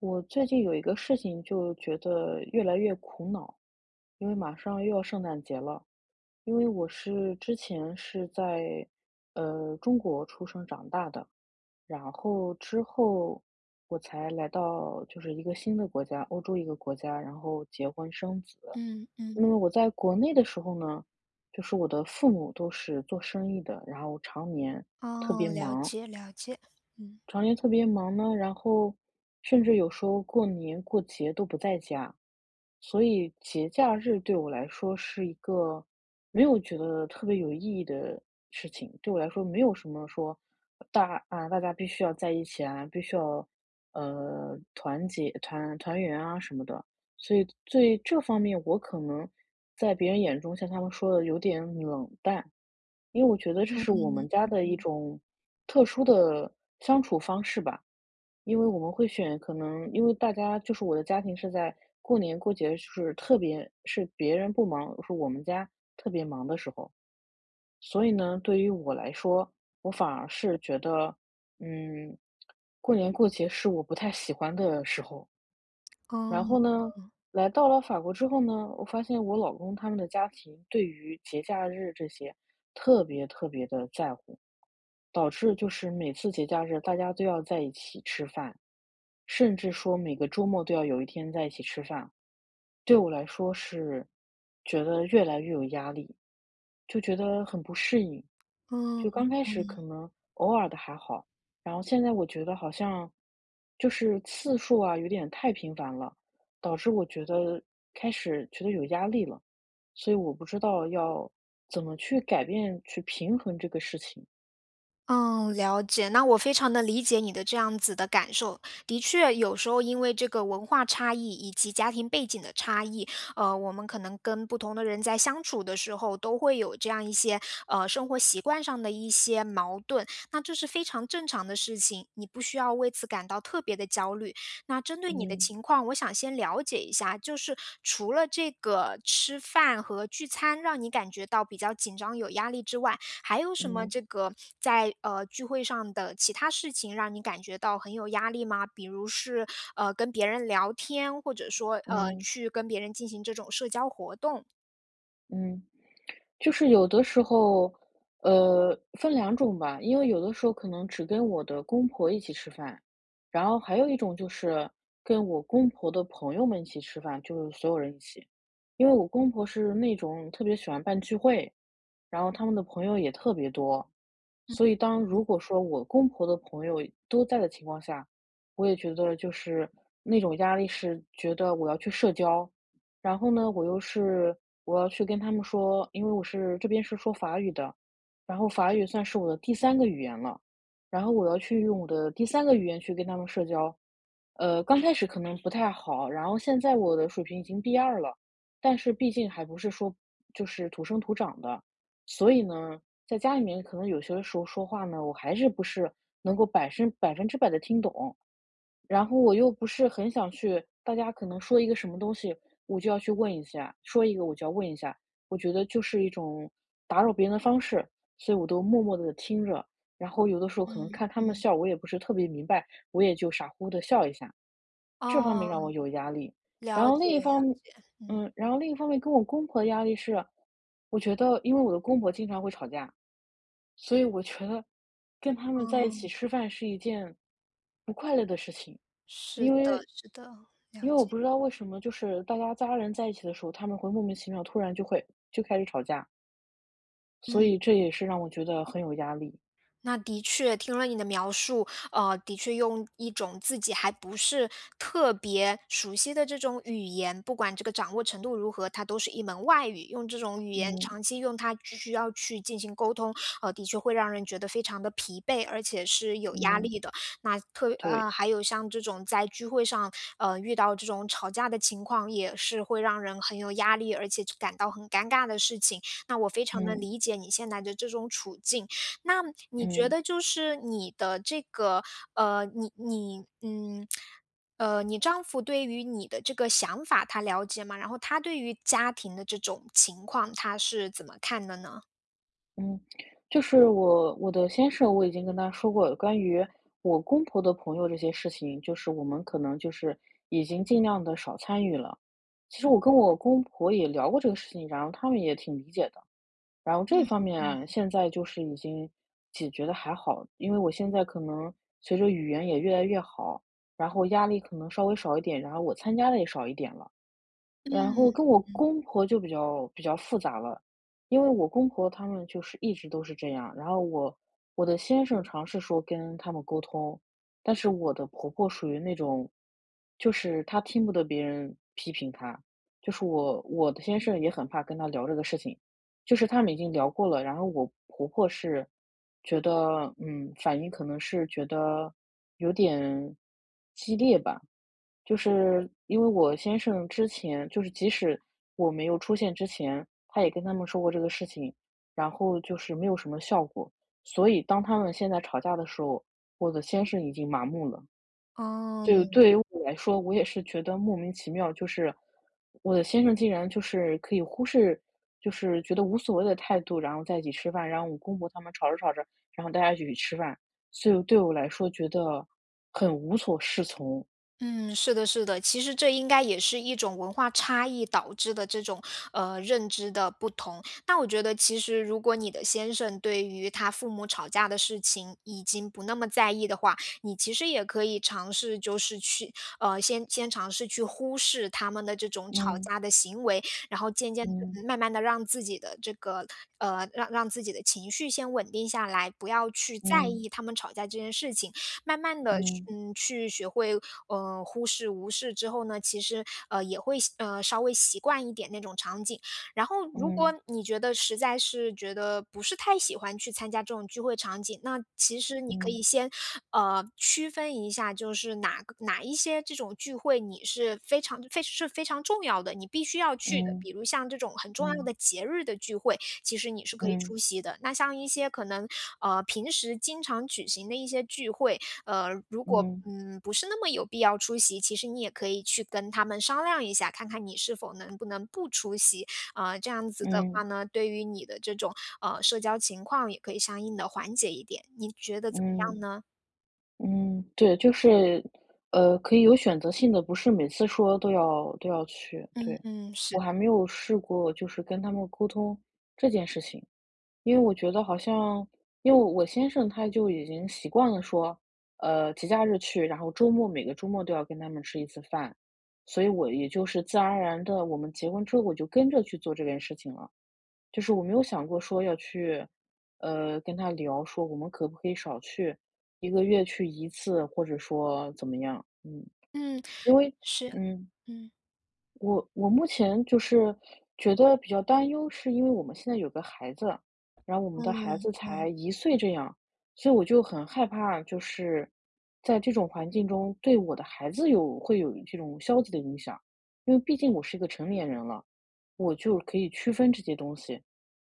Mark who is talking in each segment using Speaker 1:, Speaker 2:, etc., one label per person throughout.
Speaker 1: 我最近有一个事情就觉得越来越苦恼，因为马上又要圣诞节了。因为我之前是在中国出生长大的，然后之后我才来到就是一个新的国家，欧洲一个国家，然后结婚生子。
Speaker 2: 嗯嗯，
Speaker 1: 那么我在国内的时候呢，就是我的父母都是做生意的，然后特别
Speaker 2: 哦，了
Speaker 1: 忙，
Speaker 2: 解了解，嗯。
Speaker 1: 常年特别忙呢，然后甚至有时候过年过节都不在家，所以节假日对我来说是一个没有觉得特别有意义的事情。对我来说，没有什么说大家必须要在一起啊，必须要团结、团团圆啊什么的。所以对这方面，我可能在别人眼中像他们说的有点冷淡，因为我觉得这
Speaker 2: 嗯，
Speaker 1: 是我们家的一
Speaker 2: 嗯，
Speaker 1: 种特殊的相处方式吧。因为我们会选可能因为大家就是我的家庭是在过年过节就是特别是别人不忙，是我们家特别忙的时候。所以呢，对于我来说，我反而是觉得，嗯，过年过节是我不太喜欢的时候。
Speaker 2: 哦，
Speaker 1: 然后呢，
Speaker 2: 哦
Speaker 1: 来到了法国之后呢，我发现我老公他们的家庭对于节假日这些特别特别的在乎。导致就是每次节假日大家都要在一起吃饭，甚至说每个周末都要有一天在一起吃饭，对我来说是觉得越来越有压力，就觉得很不适应。
Speaker 2: 哦，
Speaker 1: 就
Speaker 2: 嗯
Speaker 1: 刚开始可
Speaker 2: 嗯。
Speaker 1: 能偶尔的还好，然后现在我觉得好像就是次数啊有点太频繁了，导致我觉得开始觉得有压力了，所以我不知道要怎么去改变去平衡这个事情。
Speaker 2: 嗯，了解。那我非常的理解你的这样子的感受。的确，有时候因为这个文化差异以及家庭背景的差异，我们可能跟不同的人在相处的时候，都会有这样一些，生活习惯上的一些矛盾，那这是非常正常的事情，你不需要为此感到特别的焦虑。那针对你的
Speaker 1: 嗯
Speaker 2: 情况，我想先了解一下，就是除了这个吃饭和聚餐让你感觉到比较紧张有压力之外，还有什么
Speaker 1: 嗯。
Speaker 2: 这个在聚会上的其他事情让你感觉到很有压力吗？比如是跟别人聊天，或者说
Speaker 1: 嗯
Speaker 2: 去跟别人进行这种社交活动？
Speaker 1: 嗯，就是有的时候，分两种吧，因为有的时候可能只跟我的公婆一起吃饭，然后还有一种就是跟我公婆的朋友们一起吃饭，就是所有人一起。因为我公婆是那种特别喜欢办聚会，然后他们的朋友也特别多，所以当如果说我公婆的朋友都在的情况下，我也觉得就是那种压力是觉得我要去社交，然后呢，我又是我要去跟他们说，因为我是这边是说法语的，然后法语算是我的第三个语言了，然后我要去用我的第三个语言去跟他们社交，刚开始可能不太好，然后现在我的水平已经 B2了，但是毕竟还不是说就是土生土长的，所以呢，在家里面可能有些时候说话呢，我还是不是能够百分之百的听懂，然后我又不是很想去，大家可能说一个什么东西，我就要去问一下，说一个我就要问一下，我觉得就是一种打扰别人的方式，所以我都默默的听着，然后有的时候可能
Speaker 2: 嗯
Speaker 1: 看他们
Speaker 2: 嗯。
Speaker 1: 笑，我也不是特别明白，我也就傻乎乎的笑一下，这方面让
Speaker 2: 哦，
Speaker 1: 我有压力。然
Speaker 2: 了
Speaker 1: 后
Speaker 2: 解
Speaker 1: 另一
Speaker 2: 了
Speaker 1: 方
Speaker 2: 解，嗯
Speaker 1: 嗯，然后另一方面跟我公婆的压力是，我觉得因为我的公婆经常会吵架，所以我觉得跟他们在一起
Speaker 2: 嗯，
Speaker 1: 吃饭是一件不快乐的事情，
Speaker 2: 是
Speaker 1: 因
Speaker 2: 的
Speaker 1: 为
Speaker 2: 是的，了
Speaker 1: 因为我
Speaker 2: 解，
Speaker 1: 不知道为什么，就是大家家人在一起的时候，他们会莫名其妙突然就开始吵架，所
Speaker 2: 嗯。
Speaker 1: 以这也是让我觉得很有压力。
Speaker 2: 那的确，听了你的描述，的确用一种自己还不是特别熟悉的这种语言，不管这个掌握程度如何，它都是一门外语。用这种语言
Speaker 1: 嗯
Speaker 2: 长期用它，需要去进行沟通，的确会让人觉得非常的疲惫，而且是有压
Speaker 1: 嗯，
Speaker 2: 力的。那特
Speaker 1: 对，
Speaker 2: 呃，还有像这种在聚会上，遇到这种吵架的情况，也是会让人很有压力，而且感到很尴尬的事情。那我非常能
Speaker 1: 嗯
Speaker 2: 理解你现在的这种处境。那你觉
Speaker 1: 嗯。
Speaker 2: 得就是你的这个，呃，你你嗯，你丈夫对于你的这个想法他了解吗？然后他对于家庭的这种情况，他是怎么看的呢？
Speaker 1: 嗯，就是我的先生，我已经跟他说过关于我公婆的朋友这些事情，就是我们可能就是已经尽量的少参与了。其实我跟我公婆也聊过这个事情，然后他们也挺理解的。然后
Speaker 2: 嗯
Speaker 1: 这方面
Speaker 2: 嗯
Speaker 1: 啊现在就是已经解决的还好，因为我现在可能随着语言也越来越好，然后压力可能稍微少一点，然后我参加的也少一点了。然
Speaker 2: 嗯。
Speaker 1: 后跟我公婆就比较复杂了，因为我公婆他们就是一直都是这样，然后我的先生尝试说跟他们沟通，但是我的婆婆属于那种，就是她听不得别人批评她，就是我的先生也很怕跟她聊这个事情，就是他们已经聊过了，然后我婆婆是觉得，反应可能是觉得有点激烈吧，就是因为我先生之前，就是即使我没有出现之前，他也跟他们说过这个事情，然后就是没有什么效果，所以当他们现在吵架的时候，我的先生已经麻木了。就
Speaker 2: 哦。
Speaker 1: 对于我来说，我也是觉得莫名其妙，就是我的先生竟然就是可以忽视，就是觉得无所谓的态度，然后在一起吃饭，然后我公婆他们吵着吵着，然后大家一起去吃饭，所以对我来说觉得很无所适从。
Speaker 2: 嗯，是的，是的，其实这应该也是一种文化差异导致的这种认知的不同。那我觉得，其实如果你的先生对于他父母吵架的事情已经不那么在意的话，你其实也可以尝试，就是去先尝试去忽视他们的这种吵
Speaker 1: 嗯
Speaker 2: 架的行为，然后渐渐
Speaker 1: 嗯
Speaker 2: 慢慢的让自己的这个让自己的情绪先稳定下来，不要去在
Speaker 1: 嗯
Speaker 2: 意他们吵架这件事情。慢慢的，
Speaker 1: 嗯
Speaker 2: 去学会，忽视、无视之后呢，其实，也会稍微习惯一点那种场景。然后如果
Speaker 1: 嗯
Speaker 2: 你觉得实在是觉得不是太喜欢去参加这种聚会场景，那其实你可
Speaker 1: 嗯
Speaker 2: 以先，区分一下，就是哪一些这种聚会你是非常重要的，你必须要去的。
Speaker 1: 嗯
Speaker 2: 比如像这种很重要的
Speaker 1: 嗯
Speaker 2: 节日的聚会，其实你是可以
Speaker 1: 嗯
Speaker 2: 出席的。那像一些可能，平时经常举行的一些聚会，如果
Speaker 1: 嗯
Speaker 2: 不是那么有必要出席，其实你也可以去跟他们商量一下，看看你是否能不能不出席。这样子
Speaker 1: 嗯
Speaker 2: 的话
Speaker 1: 嗯
Speaker 2: 呢，对于你的这种社交情况也可以相应的缓解一点。你觉得怎么
Speaker 1: 嗯。
Speaker 2: 样呢？
Speaker 1: 嗯，对，就是，可以有选择性的，不是每次说都要去。对，
Speaker 2: 嗯，
Speaker 1: 我
Speaker 2: 是，
Speaker 1: 还没有试过，就是跟他们沟通这件事情，因为我觉得好像，因为我先生他就已经习惯了说，节假日去，然后周末每个周末都要跟他们吃一次饭，所以我也就是自然而然的，我们结婚之后我就跟着去做这件事情了。就是我没有想过说要去，跟他聊说我们可不可以少去一个月去一次，或者说怎么样，嗯。
Speaker 2: 嗯，
Speaker 1: 因为
Speaker 2: 是，
Speaker 1: 嗯，
Speaker 2: 嗯
Speaker 1: 我目前就是觉得比较担忧，是因为我们现在有个孩子，然后我们
Speaker 2: 嗯
Speaker 1: 的孩子
Speaker 2: 嗯。
Speaker 1: 才一岁这样，所以我就很害怕，就是在这种环境中对我的孩子会有这种消极的影响。因为毕竟我是一个成年人了，我就可以区分这些东西。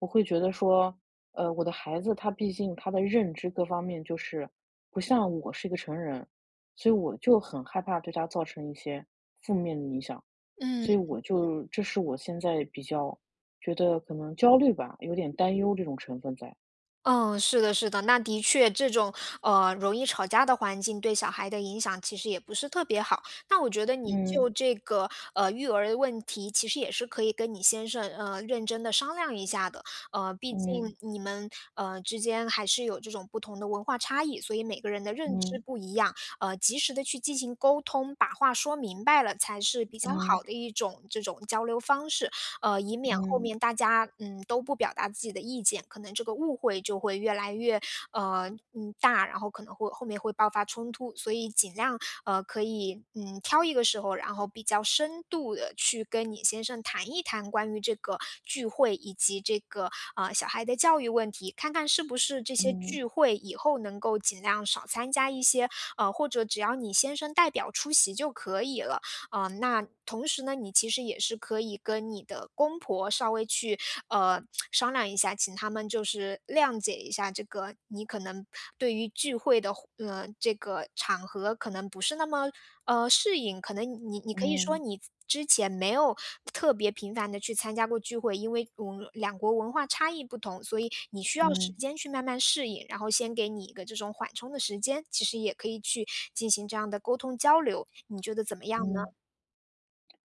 Speaker 1: 我会觉得说，我的孩子他毕竟他的认知各方面就是不像我是一个成人，所以我就很害怕对他造成一些负面的影响，
Speaker 2: 嗯。
Speaker 1: 所以我就这是我现在比较觉得可能焦虑吧，有点担忧这种成分在。
Speaker 2: 嗯，是的，是的，那的确，这种容易吵架的环境对小孩的影响其实也不是特别好。那我觉得你
Speaker 1: 嗯
Speaker 2: 就这个育儿的问题，其实也是可以跟你先生认真的商量一下的。毕
Speaker 1: 嗯
Speaker 2: 竟你们之间还是有这种不同的文化差异，所以每个人的认知
Speaker 1: 嗯
Speaker 2: 不一样。及时的去进行沟通，把话说明白了，才是比较
Speaker 1: 嗯
Speaker 2: 好的一种这种交流方式。以免后
Speaker 1: 嗯
Speaker 2: 面大家都不表达自己的意见，可能这个误会就会越来越大，然后可能会后面会爆发冲突，所以尽量可以挑一个时候，然后比较深度的去跟你先生谈一谈关于这个聚会以及这个小孩的教育问题，看看是不是这些
Speaker 1: 嗯
Speaker 2: 聚会以后能够尽量少参加一些，或者只要你先生代表出席就可以了，啊，那同时呢，你其实也是可以跟你的公婆稍微去呃商量一下，请他们就是谅解一下这个你可能对于聚会的这个场合可能不是那么适应，可能你可以说
Speaker 1: 嗯
Speaker 2: 你。之前没有特别频繁的去参加过聚会，因为两国文化差异不同，所以你需
Speaker 1: 嗯
Speaker 2: 要时
Speaker 1: 嗯
Speaker 2: 间去慢慢适应，然后先给你一个这种缓冲的时间，其实也可以去进行这样的沟通交流，你觉得怎么样呢？
Speaker 1: 嗯。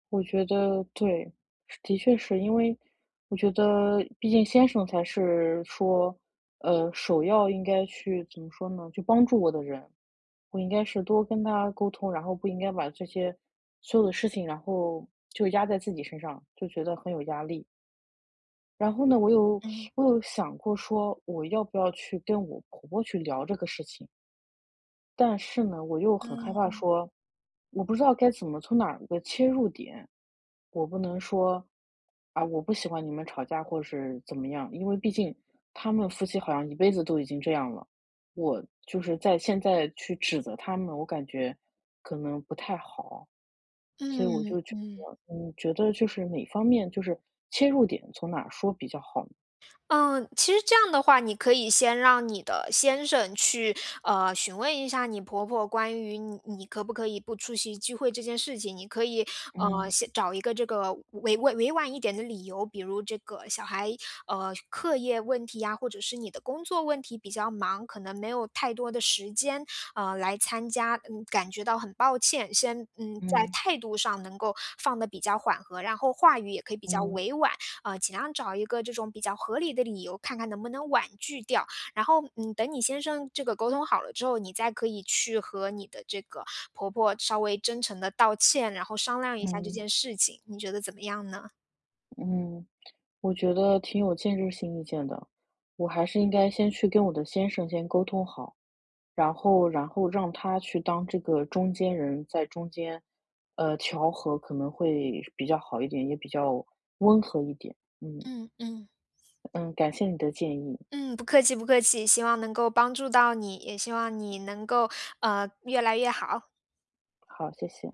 Speaker 1: 我觉得对，是的确是因为我觉得，毕竟先生才是说，首要应该去怎么说呢？去帮助我的人，我应该是多跟他沟通，然后不应该把这些所有的事情，然后就压在自己身上，就觉得很有压力。然后呢，我有
Speaker 2: 嗯，
Speaker 1: 我有想过说，我要不要去跟我婆婆去聊这个事情？但是呢，我又很害怕
Speaker 2: 嗯，
Speaker 1: 说，我不知道该怎么从哪儿个切入点。我不能说，啊，我不喜欢你们吵架或是怎么样，因为毕竟他们夫妻好像一辈子都已经这样了。我就是在现在去指责他们，我感觉可能不太好，所以我
Speaker 2: 嗯，
Speaker 1: 就觉
Speaker 2: 嗯，
Speaker 1: 得，觉得就是哪方面就是切入点从哪儿说比较好呢？
Speaker 2: 嗯，其实这样的话，你可以先让你的先生去，询问一下你婆婆关于你可不可以不出席聚会这件事情。你可以，
Speaker 1: 嗯
Speaker 2: 先找一个这个委婉一点的理由，比如这个小孩，课业问题呀，或者是你的工作问题比较忙，可能没有太多的时间，来参加，感觉到很抱歉。先，在
Speaker 1: 嗯
Speaker 2: 态度上能够放的比较缓和，然后话语也可以比较
Speaker 1: 嗯
Speaker 2: 委婉。尽量找一个这种比较合理的理由，看看能不能婉拒掉。然后，等你先生这个沟通好了之后，你再可以去和你的这个婆婆稍微真诚的道歉，然后商量一下这
Speaker 1: 嗯
Speaker 2: 件事情，你觉得怎么样呢？
Speaker 1: 嗯。我觉得挺有建设性意见的，我还是应该先去跟我的先生先沟通好，然后让他去当这个中间人，在中间，调和可能会比较好一点，也比较温和一点。嗯
Speaker 2: 嗯嗯。
Speaker 1: 嗯，感谢你的建议，
Speaker 2: 嗯，不客气不客气，希望能够帮助到你，也希望你能够越来越好。
Speaker 1: 好，谢谢。